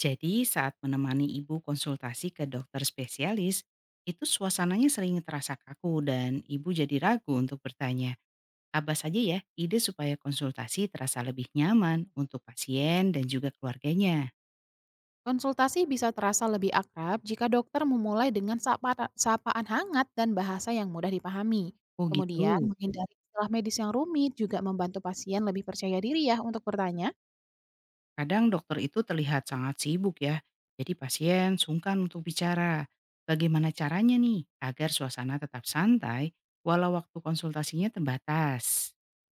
Jadi saat menemani ibu konsultasi ke dokter spesialis, itu suasananya sering terasa kaku dan ibu jadi ragu untuk bertanya. Apa saja ya ide supaya konsultasi terasa lebih nyaman untuk pasien dan juga keluarganya? Konsultasi bisa terasa lebih akrab jika dokter memulai dengan sapaan hangat dan bahasa yang mudah dipahami. Oh Kemudian, gitu. menghindari istilah medis yang rumit juga membantu pasien lebih percaya diri ya untuk bertanya. Kadang dokter itu terlihat sangat sibuk ya, jadi pasien sungkan untuk bicara. Bagaimana caranya nih agar suasana tetap santai walau waktu konsultasinya terbatas?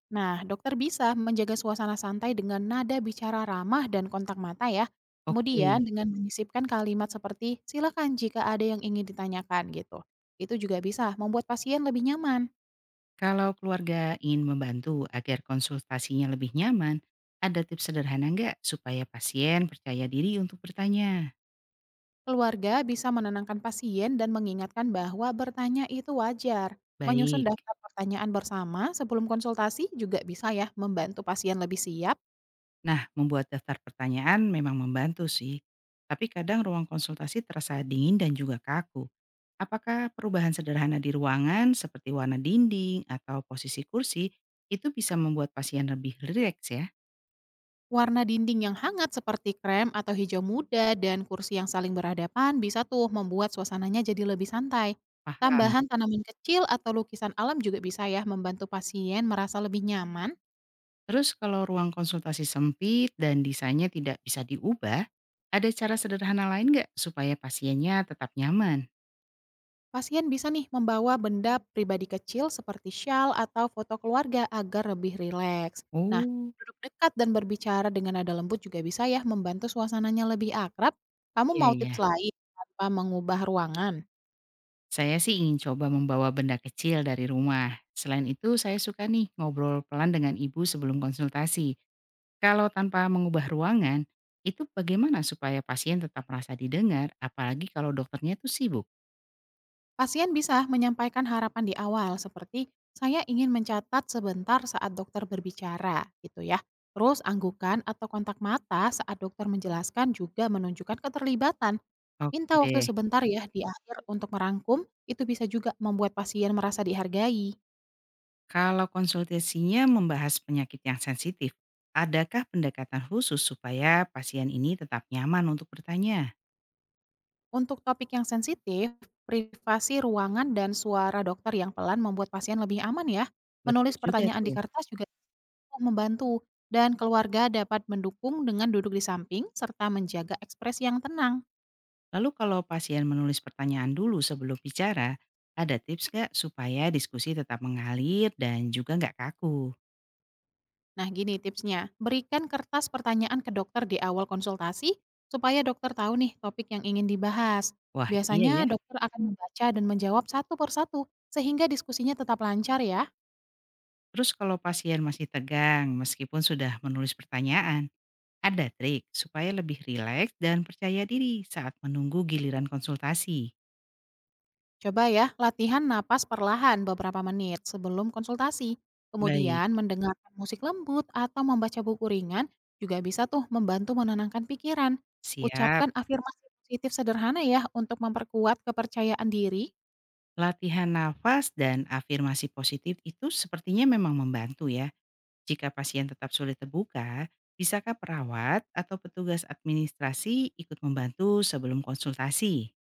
Nah, dokter bisa menjaga suasana santai dengan nada bicara ramah dan kontak mata ya. Oke. Kemudian, dengan menyisipkan kalimat seperti silakan jika ada yang ingin ditanyakan gitu. Itu juga bisa membuat pasien lebih nyaman. Kalau keluarga ingin membantu agar konsultasinya lebih nyaman, ada tips sederhana nggak supaya pasien percaya diri untuk bertanya? Keluarga bisa menenangkan pasien dan mengingatkan bahwa bertanya itu wajar. Menyusun Baik. daftar pertanyaan bersama sebelum konsultasi juga bisa ya membantu pasien lebih siap. Nah, membuat daftar pertanyaan memang membantu sih. Tapi kadang ruang konsultasi terasa dingin dan juga kaku. Apakah perubahan sederhana di ruangan seperti warna dinding atau posisi kursi itu bisa membuat pasien lebih rileks ya? Warna dinding yang hangat seperti krem atau hijau muda dan kursi yang saling berhadapan bisa tuh membuat suasananya jadi lebih santai. Paham. Tambahan tanaman kecil atau lukisan alam juga bisa ya membantu pasien merasa lebih nyaman. Terus kalau ruang konsultasi sempit dan desainnya tidak bisa diubah, ada cara sederhana lain nggak supaya pasiennya tetap nyaman? Pasien bisa nih membawa benda pribadi kecil seperti shawl atau foto keluarga agar lebih rileks. Nah, Oh, duduk dekat dan berbicara dengan nada lembut juga bisa ya membantu suasananya lebih akrab. Kamu iya mau iya. tips lain tanpa mengubah ruangan? Saya sih ingin coba membawa benda kecil dari rumah. Selain itu, saya suka nih ngobrol pelan dengan ibu sebelum konsultasi. Kalau tanpa mengubah ruangan, itu bagaimana supaya pasien tetap merasa didengar, apalagi kalau dokternya tuh sibuk? Pasien bisa menyampaikan harapan di awal seperti saya ingin mencatat sebentar saat dokter berbicara gitu ya. Terus anggukan atau kontak mata saat dokter menjelaskan juga menunjukkan keterlibatan. Oke Minta waktu deh. sebentar ya di akhir untuk merangkum, itu bisa juga membuat pasien merasa dihargai. Kalau konsultasinya membahas penyakit yang sensitif, adakah pendekatan khusus supaya pasien ini tetap nyaman untuk bertanya? Untuk topik yang sensitif, privasi ruangan dan suara dokter yang pelan membuat pasien lebih aman ya. Betul Menulis juga pertanyaan di tuh. kertas juga cukup membantu, dan keluarga dapat mendukung dengan duduk di samping serta menjaga ekspres yang tenang. Lalu kalau pasien menulis pertanyaan dulu sebelum bicara, ada tips nggak supaya diskusi tetap mengalir dan juga nggak kaku? Nah, gini tipsnya. Berikan kertas pertanyaan ke dokter di awal konsultasi supaya dokter tahu nih topik yang ingin dibahas. Wah iya Biasanya ya. dokter akan membaca dan menjawab satu persatu sehingga diskusinya tetap lancar ya. Terus kalau pasien masih tegang meskipun sudah menulis pertanyaan, ada trik supaya lebih rileks dan percaya diri saat menunggu giliran konsultasi. Coba ya, latihan napas perlahan beberapa menit sebelum konsultasi. Baik, Kemudian mendengarkan musik lembut atau membaca buku ringan juga bisa tuh membantu menenangkan pikiran. siap. Ucapkan afirmasi positif sederhana ya untuk memperkuat kepercayaan diri. Latihan nafas dan afirmasi positif itu sepertinya memang membantu ya. Jika pasien tetap sulit terbuka, bisakah perawat atau petugas administrasi ikut membantu sebelum konsultasi?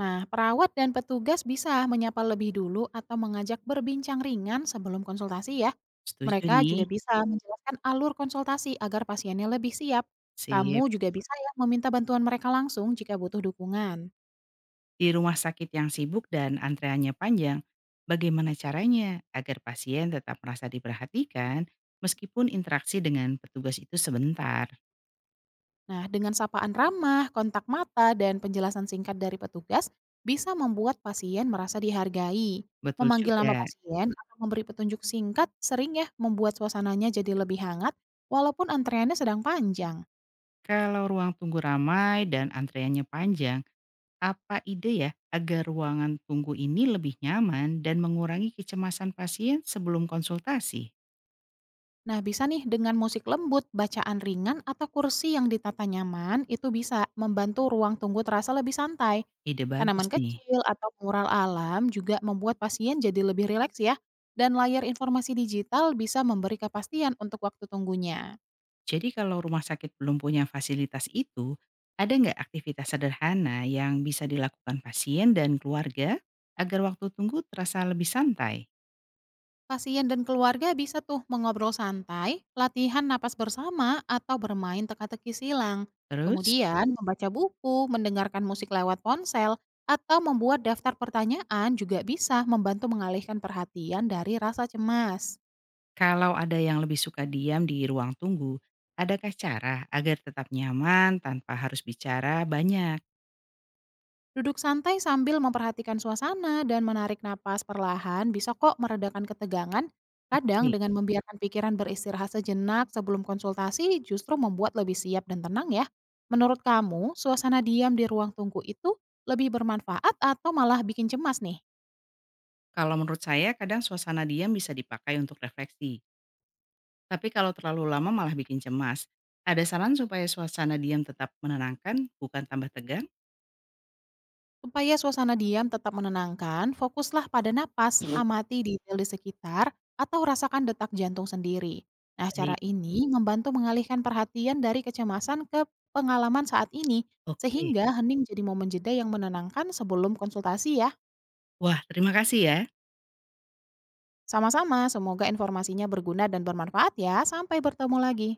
Nah, perawat dan petugas bisa menyapa lebih dulu atau mengajak berbincang ringan sebelum konsultasi ya. Setuju Mereka nih, juga bisa menjelaskan alur konsultasi agar pasiennya lebih siap. sip. Kamu juga bisa ya meminta bantuan mereka langsung jika butuh dukungan. Di rumah sakit yang sibuk dan antreannya panjang, bagaimana caranya agar pasien tetap merasa diperhatikan meskipun interaksi dengan petugas itu sebentar? Nah, dengan sapaan ramah, kontak mata, dan penjelasan singkat dari petugas, bisa membuat pasien merasa dihargai. Betul Memanggil nama juga, pasien atau memberi petunjuk singkat sering ya membuat suasananya jadi lebih hangat walaupun antreannya sedang panjang. kalau ruang tunggu ramai dan antreannya panjang, apa ide ya agar ruangan tunggu ini lebih nyaman dan mengurangi kecemasan pasien sebelum konsultasi? Nah, bisa nih dengan musik lembut, bacaan ringan, atau kursi yang ditata nyaman, itu bisa membantu ruang tunggu terasa lebih santai. Ide bagus Tanaman nih. kecil atau mural alam juga membuat pasien jadi lebih rileks ya. Dan layar informasi digital bisa memberi kepastian untuk waktu tunggunya. Jadi kalau rumah sakit belum punya fasilitas itu, ada nggak aktivitas sederhana yang bisa dilakukan pasien dan keluarga agar waktu tunggu terasa lebih santai? Pasien dan keluarga bisa tuh mengobrol santai, latihan napas bersama, atau bermain teka-teki silang. Terus, Kemudian, membaca buku, mendengarkan musik lewat ponsel, atau membuat daftar pertanyaan juga bisa membantu mengalihkan perhatian dari rasa cemas. kalau ada yang lebih suka diam di ruang tunggu, adakah cara agar tetap nyaman tanpa harus bicara banyak? Duduk santai sambil memperhatikan suasana dan menarik napas perlahan bisa kok meredakan ketegangan. Kadang Oke. dengan membiarkan pikiran beristirahat sejenak sebelum konsultasi justru membuat lebih siap dan tenang ya. Menurut kamu, suasana diam di ruang tunggu itu lebih bermanfaat atau malah bikin cemas nih? Kalau menurut saya, kadang suasana diam bisa dipakai untuk refleksi, tapi kalau terlalu lama malah bikin cemas. Ada saran supaya suasana diam tetap menenangkan, bukan tambah tegang? Supaya suasana diam tetap menenangkan, fokuslah pada napas, amati detail di sekitar, atau rasakan detak jantung sendiri. Nah, cara Baik, ini membantu mengalihkan perhatian dari kecemasan ke pengalaman saat ini, oke. sehingga hening jadi momen jeda yang menenangkan sebelum konsultasi ya. Wah, terima kasih ya. Sama-sama, semoga informasinya berguna dan bermanfaat ya. Sampai bertemu lagi.